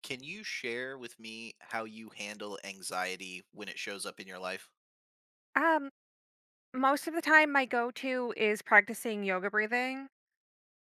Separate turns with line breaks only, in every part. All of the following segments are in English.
Can you share with me how you handle anxiety when it shows up in your life?
Um, Most of the time, my go-to is practicing yoga breathing.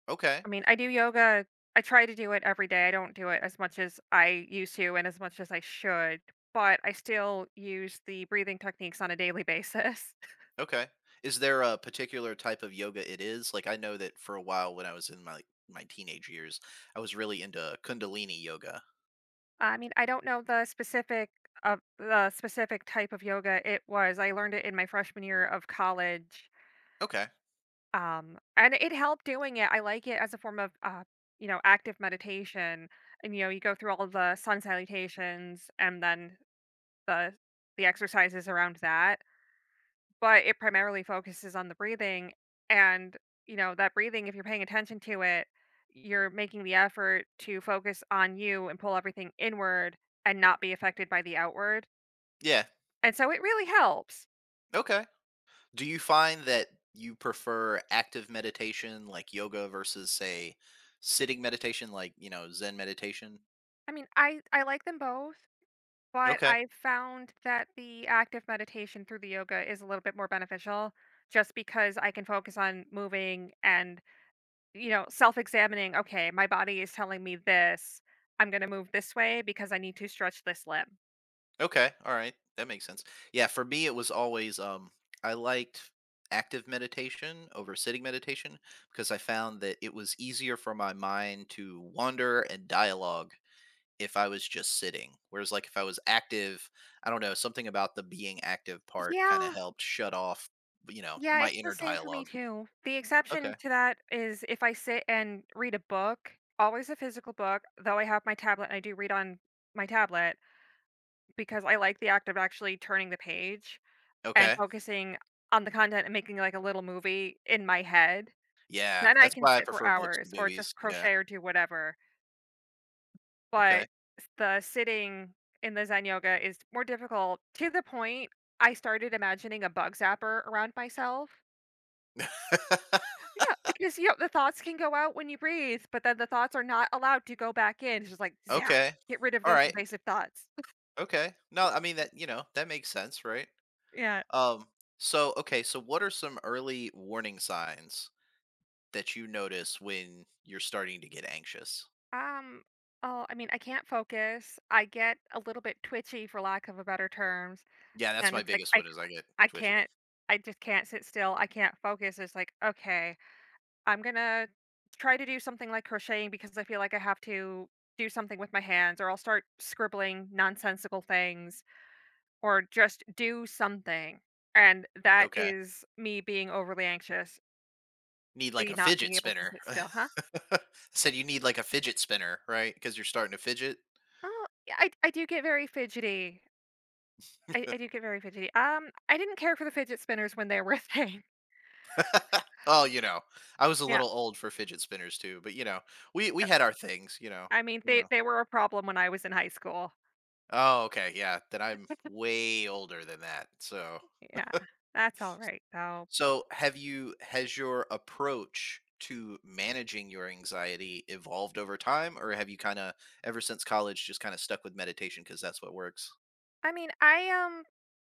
Okay.
I mean, I do yoga. I try to do it every day. I don't do it as much as I used to and as much as I should, but I still use the breathing techniques on a daily basis.
Okay. Is there a particular type of yoga it is? Like I know that for a while when I was in my my teenage years, I was really into kundalini yoga.
I mean, I don't know the specific type of yoga it was. I learned it in my freshman year of college.
Okay.
And it helped doing it. I like it as a form of active meditation, and you know you go through all the sun salutations and then the the exercises around that, but it primarily focuses on the breathing and, you know, that breathing, if you're paying attention to it, you're making the effort to focus on you and pull everything inward and not be affected by the outward.
Yeah.
And so it really helps.
Okay. Do you find that you prefer active meditation like yoga versus say sitting meditation like, you know, zen meditation?
I mean, I like them both, but
Okay.
I found that the active meditation through the yoga is a little bit more beneficial just because I can focus on moving and, you know, self-examining, "Okay, my body is telling me this. I'm gonna move this way because I need to stretch this limb."
Okay. All right. That makes sense. Yeah, for me it was always I liked active meditation over sitting meditation because I found that it was easier for my mind to wander and dialogue if I was just sitting. Whereas like if I was active, I don't know, something about the being active part kind of
Yeah,
helped shut off, you know,
yeah,
my
it's the
inner
same for me
dialogue.
too. The exception
Okay.
to that is if I sit and read a book, always a physical book, though I have my tablet and I do read on my tablet because I like the act of actually turning the page and
Okay.
focusing on the content and making like a little movie in my head.
Yeah,
Then I
that's
can
why I
sit for
prefer books to
hours or
movies.
just
Yeah.
crochet or do whatever.
Okay.
But s the sitting in the Zen yoga is more difficult, to the point I started imagining a bug zapper around myself. Yeah, because, you know, the thoughts can go out when you breathe, but then the thoughts are not allowed to go back in. It's just like, zap,
okay.
get rid of
All
those
right.
invasive thoughts.
Okay. No, I mean that, you know, that makes sense, right?
Yeah.
Um, so okay, so what are some early warning signs that you notice when you're starting to get anxious?
Um, oh, I mean, I can't focus. I get a little bit twitchy, for lack of a better terms,
Yeah, that's
and
my
it's like
biggest one is I get
I
twitchy.
can't, I just can't sit still. I can't focus. It's like, okay. I'm gonna try to do something like crocheting because I feel like I have to do something with my hands, or I'll start scribbling nonsensical things, or just do something. And that
Okay.
is me being overly anxious,
Need like
the
a
not
fidget
being able to
spinner.
sit still, huh?
Said you need like a fidget spinner, right? Because you're starting to fidget.
Oh, yeah, I do get very fidgety. I do get very fidgety. I didn't care for the fidget spinners when they were a thing.
Oh, you know, I was a
Yeah,
little old for fidget spinners too, but you know, we
no,
had our things, you know.
I mean
You know.
they were a problem when I was in high school.
Oh, okay, yeah. Then I'm way older than that. So
Yeah, that's all right though.
so, have you has your approach to managing your anxiety evolved over time, or have you kind of ever since college just kind of stuck with meditation because that's what works?
I mean,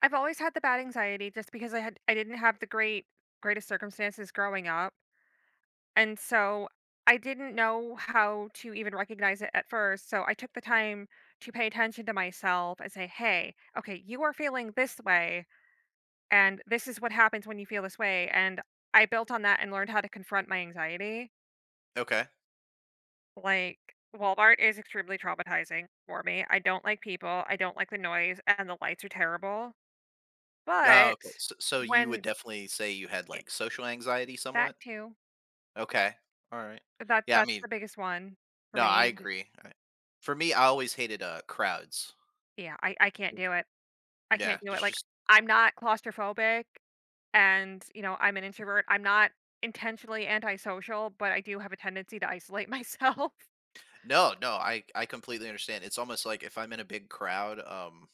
I've always had the bad anxiety just because I didn't have the greatest circumstances growing up. And so I didn't know how to even recognize it at first. So I took the time to pay attention to myself and say, "Hey, okay, you are feeling this way and this is what happens when you feel this way." And I built on that and learned how to confront my anxiety.
Okay.
Like Walmart is extremely traumatizing for me. I don't like people, I don't like the noise, and the lights are terrible.
Oh,
But
okay. So, so you would
when
definitely say you had
it,
like social anxiety
that
somewhat.
too.
Okay. All right. Yeah. I
That's
mean,
the biggest one for
no, I
me.
agree. I, for me, I always hated crowds.
Yeah, I can't
Yes.
do it. I
Yeah.
can't do it,
There's
like,
just
I'm not claustrophobic and, you know, I'm an introvert. I'm not intentionally antisocial, but I do have a tendency to isolate myself.
no, no. I completely understand. It's almost like if I'm in a big crowd,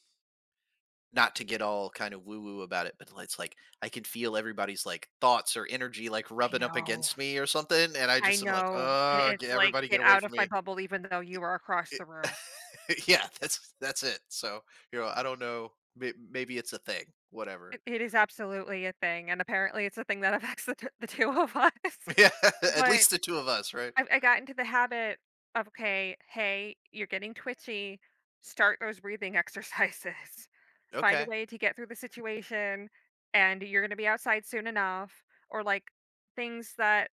not to get all kind of woo woo about it, but it's like I can feel everybody's like thoughts or energy like
I
rubbing up
know.
against me or something, and I
I
just am like,
know. It
Get
it's like,
everybody get
"Get
away
out
from
of my
me."
bubble even though you
It-
are across
it-
the room."
yeah, that's it. So you know, I don't know. Maybe it's a thing. Whatever.
It is absolutely a thing, and apparently it's a thing that affects the 2 of us,
Yeah, at
but
least the two of us, right?
I got into the habit of, "Okay, hey, you're getting twitchy, start those breathing exercises. Find a
Okay.
way to get through the situation, and you're gonna be outside soon enough," or, like, things that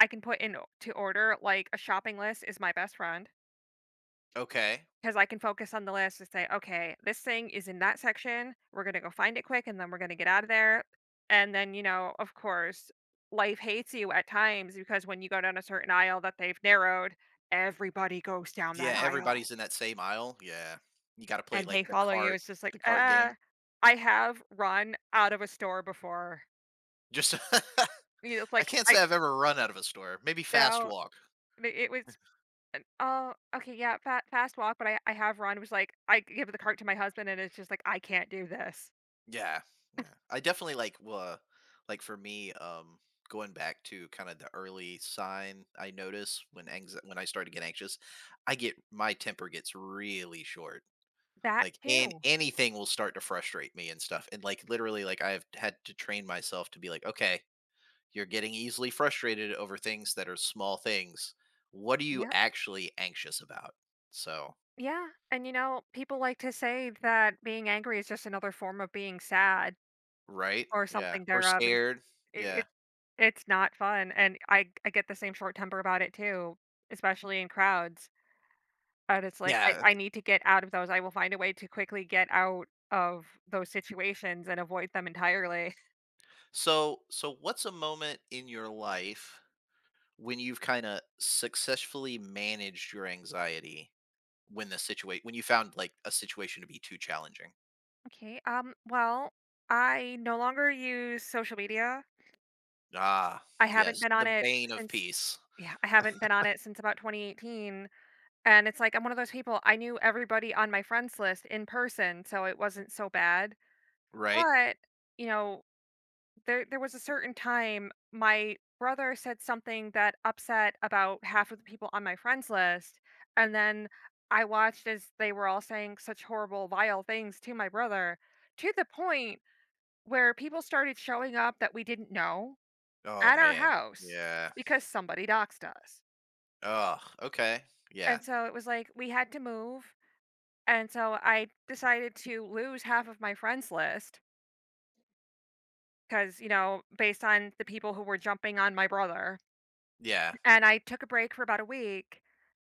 I can put in o to order, like, a shopping list is my best friend.
Okay.
'Cause I can focus on the list and say, "Okay, this thing is in that section. We're gonna go find it quick, and then we're gonna get out of there." And then, you know, of course, life hates you at times because when you go down a certain aisle that they've narrowed, everybody goes down
Yeah,
that aisle
everybody's in that same aisle. Yeah, you got to play
and
like
they follow you. It's just
the
like,
cart game.
I have run out of a store before.
Just
You know, it's
I
like
can't
I
say I've ever run out of a store. Maybe
you
fast
know
walk.
I it was an, "Oh, okay, yeah, fa fast walk, but I have run." It was like, I give the cart to my husband, and it's just like, "I can't do this."
Yeah. Yeah. I definitely like well, like for me, going back to kind of the early sign I notice when when I start to get anxious, I get my temper gets really short.
That
Like and
too.
anything will start to frustrate me and stuff. And like literally, like I've had to train myself to be like, okay, you're getting easily frustrated over things that are small things. What are you
Yeah.
actually anxious about? So
Yeah. And you know, people like to say that being angry is just another form of being sad
right?
or
Yeah.
something
Or
thereof. And
scared.
It,
Yeah.
it it's not fun. And I get the same short temper about it too, especially in crowds. And it's like
Yeah.
I need to get out of those. I will find a way to quickly get out of those situations and avoid them entirely.
So, so what's a moment in your life when you've kind of successfully managed your anxiety when the situation when you found like a situation to be too challenging?
Okay. Well, I no longer use social media.
Ah,
I haven't
yes,
been
the
on it
bane of
since
peace,
yeah, I haven't been on it since about 2018. And it's like I'm one of those people, I knew everybody on my friends list in person, so it wasn't so bad.
right?
But, you know, there was a certain time my brother said something that upset about half of the people on my friends list, and then I watched as they were all saying such horrible, vile things to my brother, to the point where people started showing up that we didn't know
Oh
at our
man,
house
yeah.
because somebody doxed us.
Oh, okay, yeah,
And so it was like we had to move. And so I decided to lose half of my friends list because, you know, based on the people who were jumping on my brother.
yeah,
And I took a break for about a week.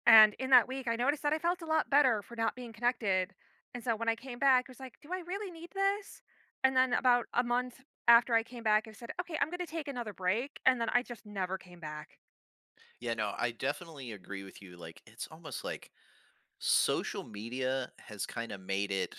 And in that week, I noticed that I felt a lot better for not being connected. And so when I came back, I was like, do I really need this? And then about a month after I came back, I said, okay, I'm going to take another break. And then I just never came back.
yeah. No, I definitely agree with you. Like, it's almost like social media has kind of made it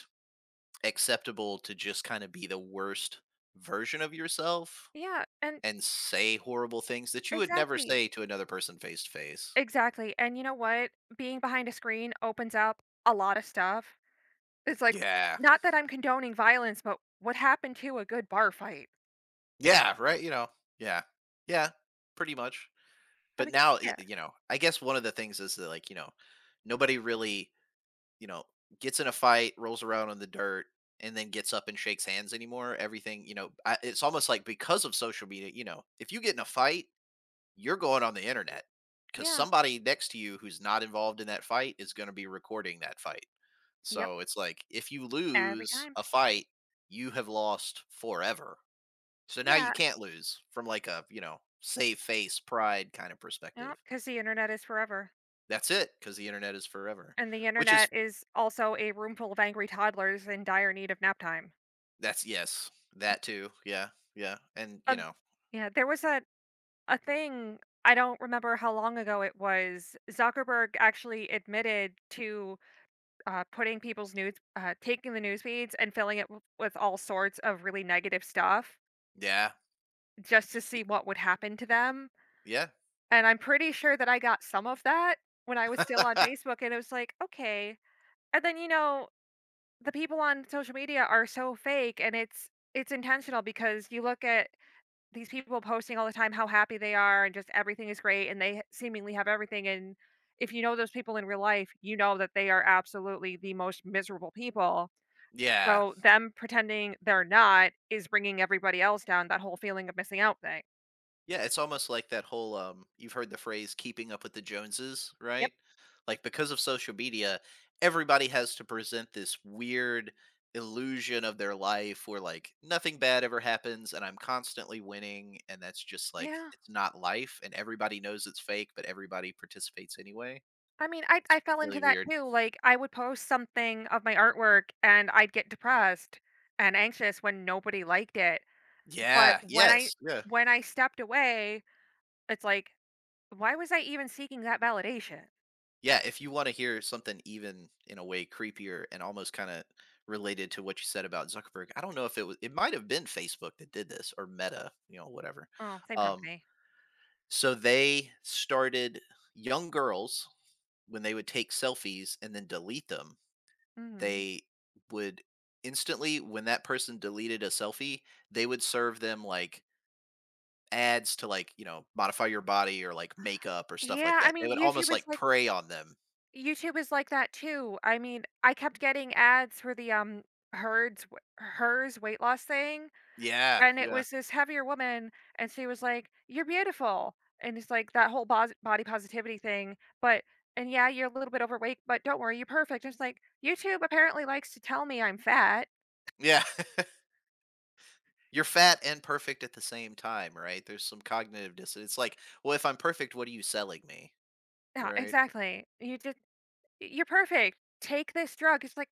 acceptable to just kind of be the worst version of yourself
Yeah. And
and say horrible things that you would never
exactly.
say to another person face to face.
Exactly. And you know what? Being behind a screen opens up a lot of stuff. It's like,
Yeah.
not that I'm condoning violence, but what happened to a good bar fight?
Yeah, right, you know. Yeah. Yeah, pretty much.
I
But
mean,
now,
yeah,
you know, I guess one of the things is that like, you know, nobody really, you know, gets in a fight, rolls around on the dirt and then gets up and shakes hands anymore. Everything, you know, it's almost like because of social media, you know, if you get in a fight, you're going on the internet because
yeah,
somebody next to you who's not involved in that fight is going to be recording that fight.
yep,
So it's like if you
every
lose
time.
a fight, you have lost forever. So now you
Yeah,
can't lose from like a, you know, save face, pride kind of
no,
perspective.
because the internet is forever.
That's it because the internet is forever,
And the
which is
internet is also a room full of angry toddlers in dire need of nap time.
that's yes, that too. Yeah. Yeah. And, you
Um,
know,
yeah, there was a thing, I don't remember how long ago it was. Zuckerberg actually admitted to putting people's taking the news feeds and filling it with all sorts of really negative stuff
yeah.
just to
y-
see what would happen to them.
Yeah.
And I'm pretty sure that I got some of that when I was still on Facebook, and it was like, "Okay." And then, you know, the people on social media are so fake, and it's intentional because you look at these people posting all the time how happy they are and just everything is great, and they seemingly have everything, and if you know those people in real life, you know that they are absolutely the most miserable people.
yeah.
So, them pretending they're not is bringing everybody else down, that whole feeling of missing out thing.
Yeah, it's almost like that whole you've heard the phrase keeping up with the Joneses,
Yep.
right? Like because of social media, everybody has to present this weird illusion of their life where like nothing bad ever happens and I'm constantly winning and that's just like
Yeah.
it's not life and everybody knows it's fake but everybody participates anyway.
I mean,
It's
I fell into
really
that
weird.
too, like, I would post something of my artwork, and I'd get depressed and anxious when nobody liked it, but
Yeah, yes. Yeah.
when I stepped away, it's like, "Why was I even seeking that validation?"
Yeah, if you wanna hear something even, in a way, creepier and almost kinda related to what you said about Zuckerberg, I don't know if it was it might have been Facebook that did this or Meta, you know, whatever.
Oh, same
Um,
company.
so they started young girls, when they would take selfies and then delete them,
Mhm.
they would instantly when that person deleted a selfie, they would serve them, like, ads to, like, you know, modify your body or, like, makeup or stuff like
Yeah, I
that. They
mean,
would almost, like, prey on them.
YouTube is like that too, I mean, I kept getting ads for the, Herd's Hers weight loss thing.
Yeah,
And it
yeah.
was this heavier woman, and she was like, "You're beautiful." And it's like that whole bos body positivity thing, but and yeah, you're a little bit overweight, but don't worry, you're perfect. And it's like, YouTube apparently likes to tell me I'm fat.
Yeah. You're fat and perfect at the same time, right? There's some cognitive dissonance. It's like, well, if I'm perfect, what are you selling me?
Yeah,
Right?
exactly. You're perfect. Take this drug. It's like,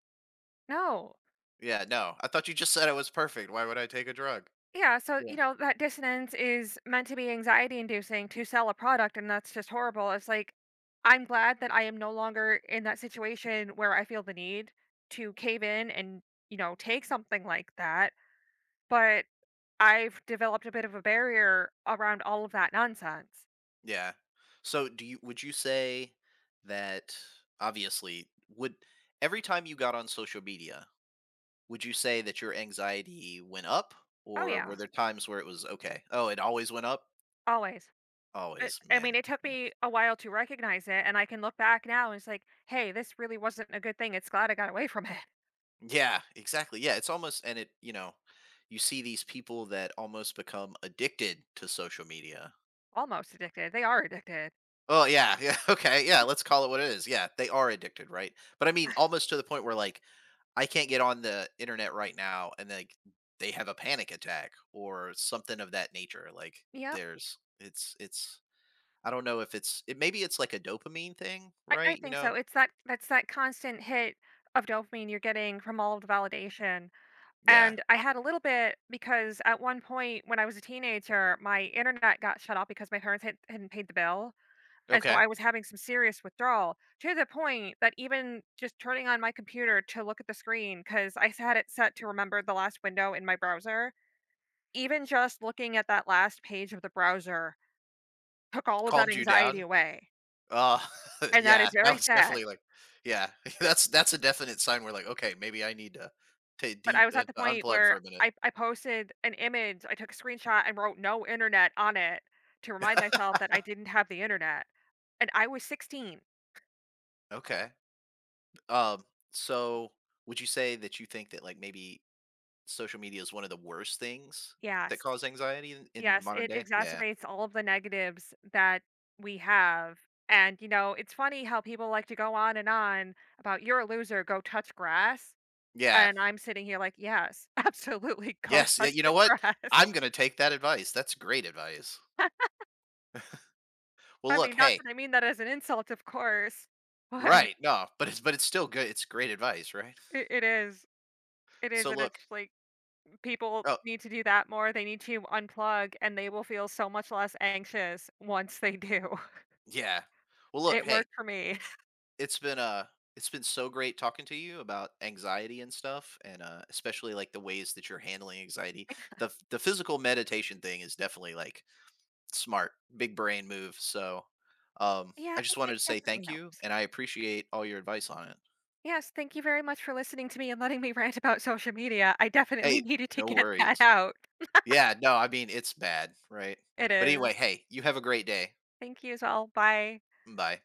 no.
Yeah, no. I thought you just said I was perfect. Why would I take a drug?
Yeah, so
Yeah.
you know that dissonance is meant to be anxiety inducing to sell a product, and that's just horrible. It's like I'm glad that I am no longer in that situation where I feel the need to cave in and you know take something like that, but I've developed a bit of a barrier around all of that nonsense.
Yeah. So do you would you say that obviously would every time you got on social media, would you say that your anxiety went up?
Oh
Or were
yeah,
there times where it was okay? Oh, it always went up?
always. But,
Always,
I mean,
man.
it took
Yeah.
me a while to recognize it, and I can look back now and it's like, hey, this really wasn't a good thing. It's glad I got away from it.
Yeah, exactly. Yeah, it's almost and you know, you see these people that almost become addicted to social media.
Almost addicted. They are addicted.
Oh yeah, yeah, okay, yeah. Let's call it what it is. Yeah, they are addicted, right? But I mean, almost to the point where like I can't get on the internet right now, and like they have a panic attack or something of that nature. Like
Yep.
it's. I don't know if it's. It maybe it's like a dopamine thing,
I
right? You
think
know?
so. It's that's that constant hit of dopamine you're getting from all of the validation.
Yeah.
And I had a little bit because at one point when I was a teenager, my internet got shut off because hadn't paid the bill. And so
Okay.
I was having some serious withdrawal to the point that even just turning on my computer to look at the screen, because I had it set to remember the last window in my browser, even just looking at that last page of the browser took all of that
Calmed you
anxiety
down.
away.
Uh,
And that
yeah,
is
that
very
was
sad.
definitely like yeah, that's a definite sign we're like, "Okay, maybe I need to
But
deep
I was at the
to
point
unplug for
where
a minute."
I posted an image, I took a screenshot and wrote "no internet" on it to remind myself that I didn't have the internet, and I was 16.
Okay. Um, so would you say that you think that, like, maybe social media is one of the worst things that
Yes.
cause anxiety in
Yes,
modern
it
day? Yeah.
exacerbates all of the negatives that we have, and, you know, it's funny how people like to go on and on about, "You're a loser, go touch grass,"
Yeah.
and I'm sitting here like, "Yes, absolutely, go
Yes, yeah,
touch
you know
the
what?
grass."
I'm gonna take that advice. That's great advice. Well,
I
look,
mean, not
hey
that I mean that as an insult, of course, but
right, no, but it's still good it's great advice, right?
it is. It is,
So
and it's
look
like people
oh,
need to do that more, they need to unplug, and they will feel so much less anxious once they do.
yeah. Well, look,
It
hey
worked for me.
it's been uh it's been so great talking to you about anxiety and stuff and especially like the ways that you're handling anxiety. The physical meditation thing is definitely like smart, big brain move. So I
Yeah,
just
it
wanted
it
to say
definitely
thank you
helps.
and I appreciate all your advice on it.
Yes, thank you very much for listening to me and letting me rant about social media. I definitely
Hey,
needed to
no
get that
worries.
out.
Yeah, no, I mean it's bad, right?
It
But anyway,
is.
hey, you have a great day.
Thank you as well, bye.
Bye.